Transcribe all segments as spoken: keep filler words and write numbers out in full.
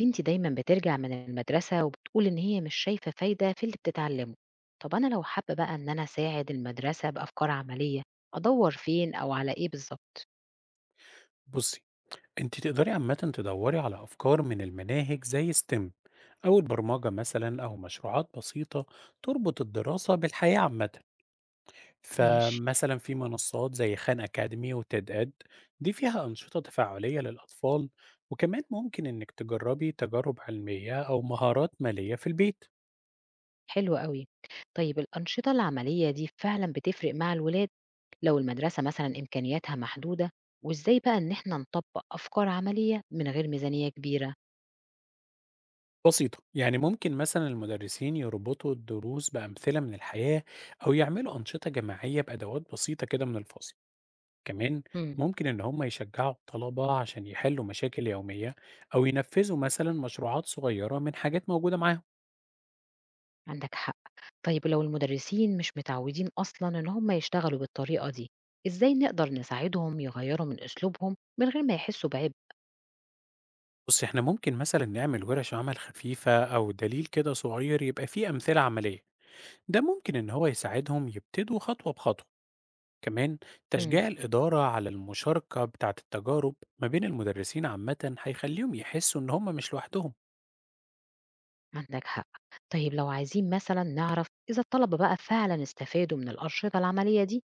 بنتي دايما بترجع من المدرسة وبتقول إن هي مش شايفة فايدة في اللي بتتعلمه. طب أنا لو حابة بقى إن أنا أساعد المدرسة بأفكار عملية، أدور فين أو على إيه بالظبط؟ بصي، انت تقدري عامة تدوري على أفكار من المناهج زي ستيم أو البرمجة مثلا، أو مشروعات بسيطة تربط الدراسة بالحياة عامة. ماشي. فمثلا في منصات زي خان أكاديمي وتيد إد، دي فيها أنشطة تفاعلية للأطفال. وكمان ممكن إنك تجربي تجارب علمية أو مهارات مالية في البيت. حلو قوي. طيب الأنشطة العملية دي فعلا بتفرق مع الولاد لو المدرسة مثلا إمكانياتها محدودة، وإزاي بقى إن إحنا نطبق أفكار عملية من غير ميزانية كبيرة؟ بسيطة، يعني ممكن مثلا المدرسين يربطوا الدروس بأمثلة من الحياة، أو يعملوا أنشطة جماعية بأدوات بسيطة كده من الفصل. كمان ممكن إن هم يشجعوا الطلبة عشان يحلوا مشاكل يومية، أو ينفذوا مثلا مشروعات صغيرة من حاجات موجودة معاهم. عندك حق. طيب لو المدرسين مش متعودين أصلا إن هم يشتغلوا بالطريقة دي، إزاي نقدر نساعدهم يغيروا من أسلوبهم من غير ما يحسوا بعبء؟ بص، إحنا ممكن مثلا نعمل ورش عمل خفيفة أو دليل كده صغير يبقى فيه أمثلة عملية. ده ممكن إن هو يساعدهم يبتدوا خطوة بخطوة. كمان مم. تشجيع الإدارة على المشاركة بتاعة التجارب ما بين المدرسين عامة هيخليهم يحسوا إن هم مش لوحدهم. عندك حق. طيب لو عايزين مثلا نعرف إذا الطلبة بقى فعلا استفادوا من الأنشطة العملية دي،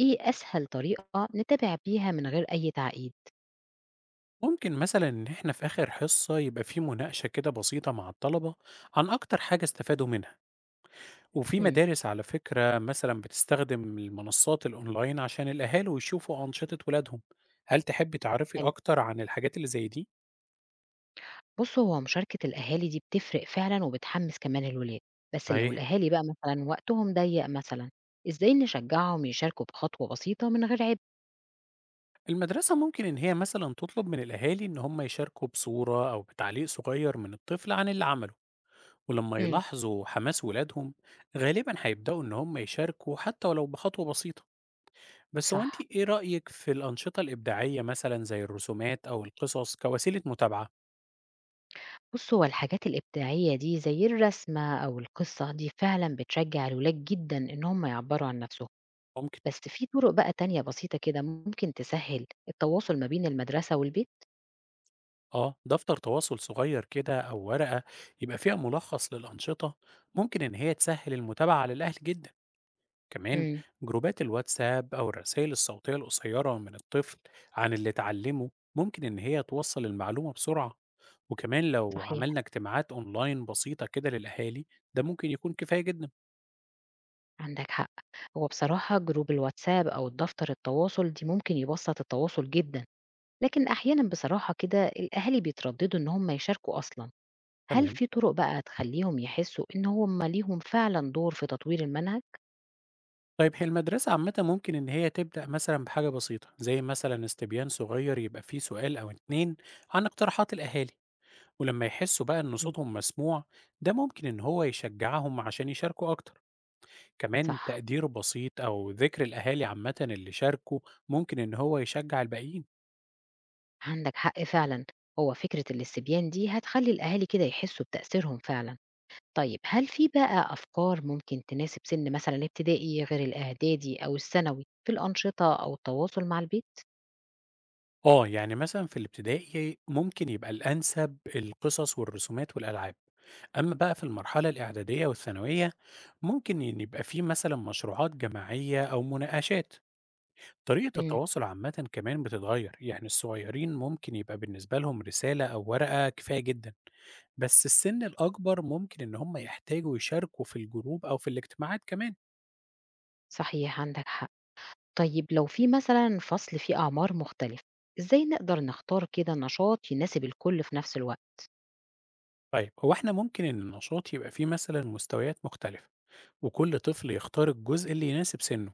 إيه أسهل طريقة نتابع بيها من غير أي تعقيد؟ ممكن مثلا إن إحنا في آخر حصة يبقى فيه مناقشة كده بسيطة مع الطلبة عن أكتر حاجة استفادوا منها. وفي مم. مدارس على فكرة مثلًا بتستخدم المنصات الأونلاين عشان الأهالي يشوفوا أنشطة ولادهم، هل تحبي تعرفي حلو. أكتر عن الحاجات اللي زي دي؟ بص هو مشاركة الأهالي دي بتفرق فعلا وبتحمس كمان الولاد، بس لو صحيح. الأهالي بقى مثلا وقتهم ضيق مثلا، إزاي نشجعهم يشاركوا بخطوة بسيطة من غير عبء؟ المدرسة ممكن إن هي مثلًا تطلب من الأهالي إن هم يشاركوا بصورة أو بتعليق صغير من الطفل عن اللي عمله، ولما مم. يلاحظوا حماس ولادهم غالبًا هيبدأوا إن هم يشاركوا حتى ولو بخطوة بسيطة، بس هو أنتِ صح. إيه رأيك في الأنشطة الإبداعية مثلًا زي الرسومات أو القصص كوسيلة متابعة؟ بص هو الحاجات الإبداعية دي زي الرسمة أو القصة دي فعلا بتشجع الولاد جدا إن هم يعبروا عن نفسهم، ممكن. بس في طرق بقى تانية بسيطة كده ممكن تسهل التواصل ما بين المدرسة والبيت. آه دفتر تواصل صغير كده أو ورقة يبقى فيها ملخص للأنشطة، ممكن إن هي تسهل المتابعة على الأهل جدا. كمان امم. جروبات الواتساب أو الرسائل الصوتية القصيرة من الطفل عن اللي اتعلمه، ممكن إن هي توصل المعلومة بسرعة. وكمان لو صحيح. عملنا اجتماعات أونلاين بسيطة كده للأهالي، ده ممكن يكون كفاية جدا. عندك حق. هو بصراحة جروب الواتساب أو الدفتر التواصل دي ممكن يبسط التواصل جدا، لكن أحيانا بصراحة كده الأهالي بيترددوا إن هم يشاركوا أصلا. هل تمام. في طرق بقى تخليهم يحسوا إن هم ليهم فعلا دور في تطوير المنهج؟ طيب هي المدرسة عامة ممكن إن هي تبدأ مثلا بحاجة بسيطة زي مثلا استبيان صغير يبقى فيه سؤال أو اتنين عن اقتراحات الأهالي. ولما يحسوا بقى إن مم. صوتهم مسموع، ده ممكن إن هو يشجعهم عشان يشاركوا أكتر. كمان صح. تقدير بسيط أو ذكر الأهالي عامة اللي شاركوا ممكن إن هو يشجع الباقيين. عندك حق فعلا. هو فكرة الاستبيان دي هتخلي الأهالي كده يحسوا بتأثيرهم فعلا. طيب هل في بقى أفكار ممكن تناسب سن مثلا الابتدائي غير الإعدادي أو الثانوي في الأنشطة أو التواصل مع البيت؟ آه، يعني مثلا في الابتدائي ممكن يبقى الأنسب القصص والرسومات والألعاب. أما بقى في المرحلة الإعدادية والثانوية، ممكن إن يبقى فيه مثلا مشروعات جماعية أو مناقشات. طريقة امم. التواصل عامة كمان بتتغير، يعني الصغيرين ممكن يبقى بالنسبة لهم رسالة أو ورقة كفاية جدا، بس السن الأكبر ممكن إن هم يحتاجوا يشاركوا في الجروب أو في الاجتماعات كمان. صحيح عندك حق. طيب لو في مثلا فصل فيه أعمار مختلفة، إزاي نقدر نختار كده نشاط يناسب الكل في نفس الوقت؟ طيب هو إحنا ممكن إن النشاط يبقى فيه مثلا مستويات مختلفة، وكل طفل يختار الجزء اللي يناسب سنه.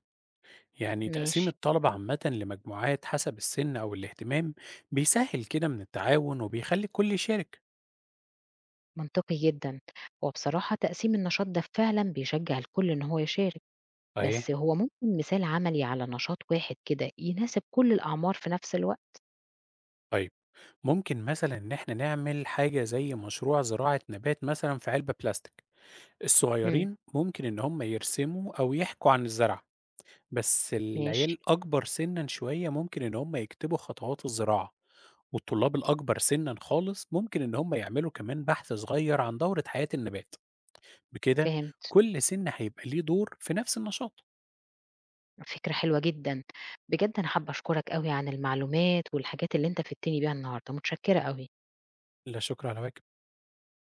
يعني تقسيم ماشي. الطلبة عامة لمجموعات حسب السن أو الاهتمام بيسهل كده من التعاون وبيخلي الكل يشارك. منطقي جدا. وبصراحة تقسيم النشاط ده فعلا بيشجع الكل إن هو يشارك، أيه. بس هو ممكن مثال عملي على نشاط واحد كده يناسب كل الأعمار في نفس الوقت؟ طيب ممكن مثلا إن إحنا نعمل حاجة زي مشروع زراعة نبات مثلا في علبة بلاستيك. مم. الصغيرين ممكن إن هم يرسموا أو يحكوا عن الزرع، بس العيال ماشي. الأكبر سنًا شوية ممكن إن هم يكتبوا خطوات الزراعة، والطلاب الأكبر سنًا خالص ممكن إن هم يعملوا كمان بحث صغير عن دورة حياة النبات. بكده فهمت. كل سن هيبقى ليه دور في نفس النشاط. فكرة حلوة جدا. بجد أنا حابة أشكرك قوي عن المعلومات والحاجات اللي أنت فدتني بيها النهاردة، متشكرة قوي. لا شكر على واجب.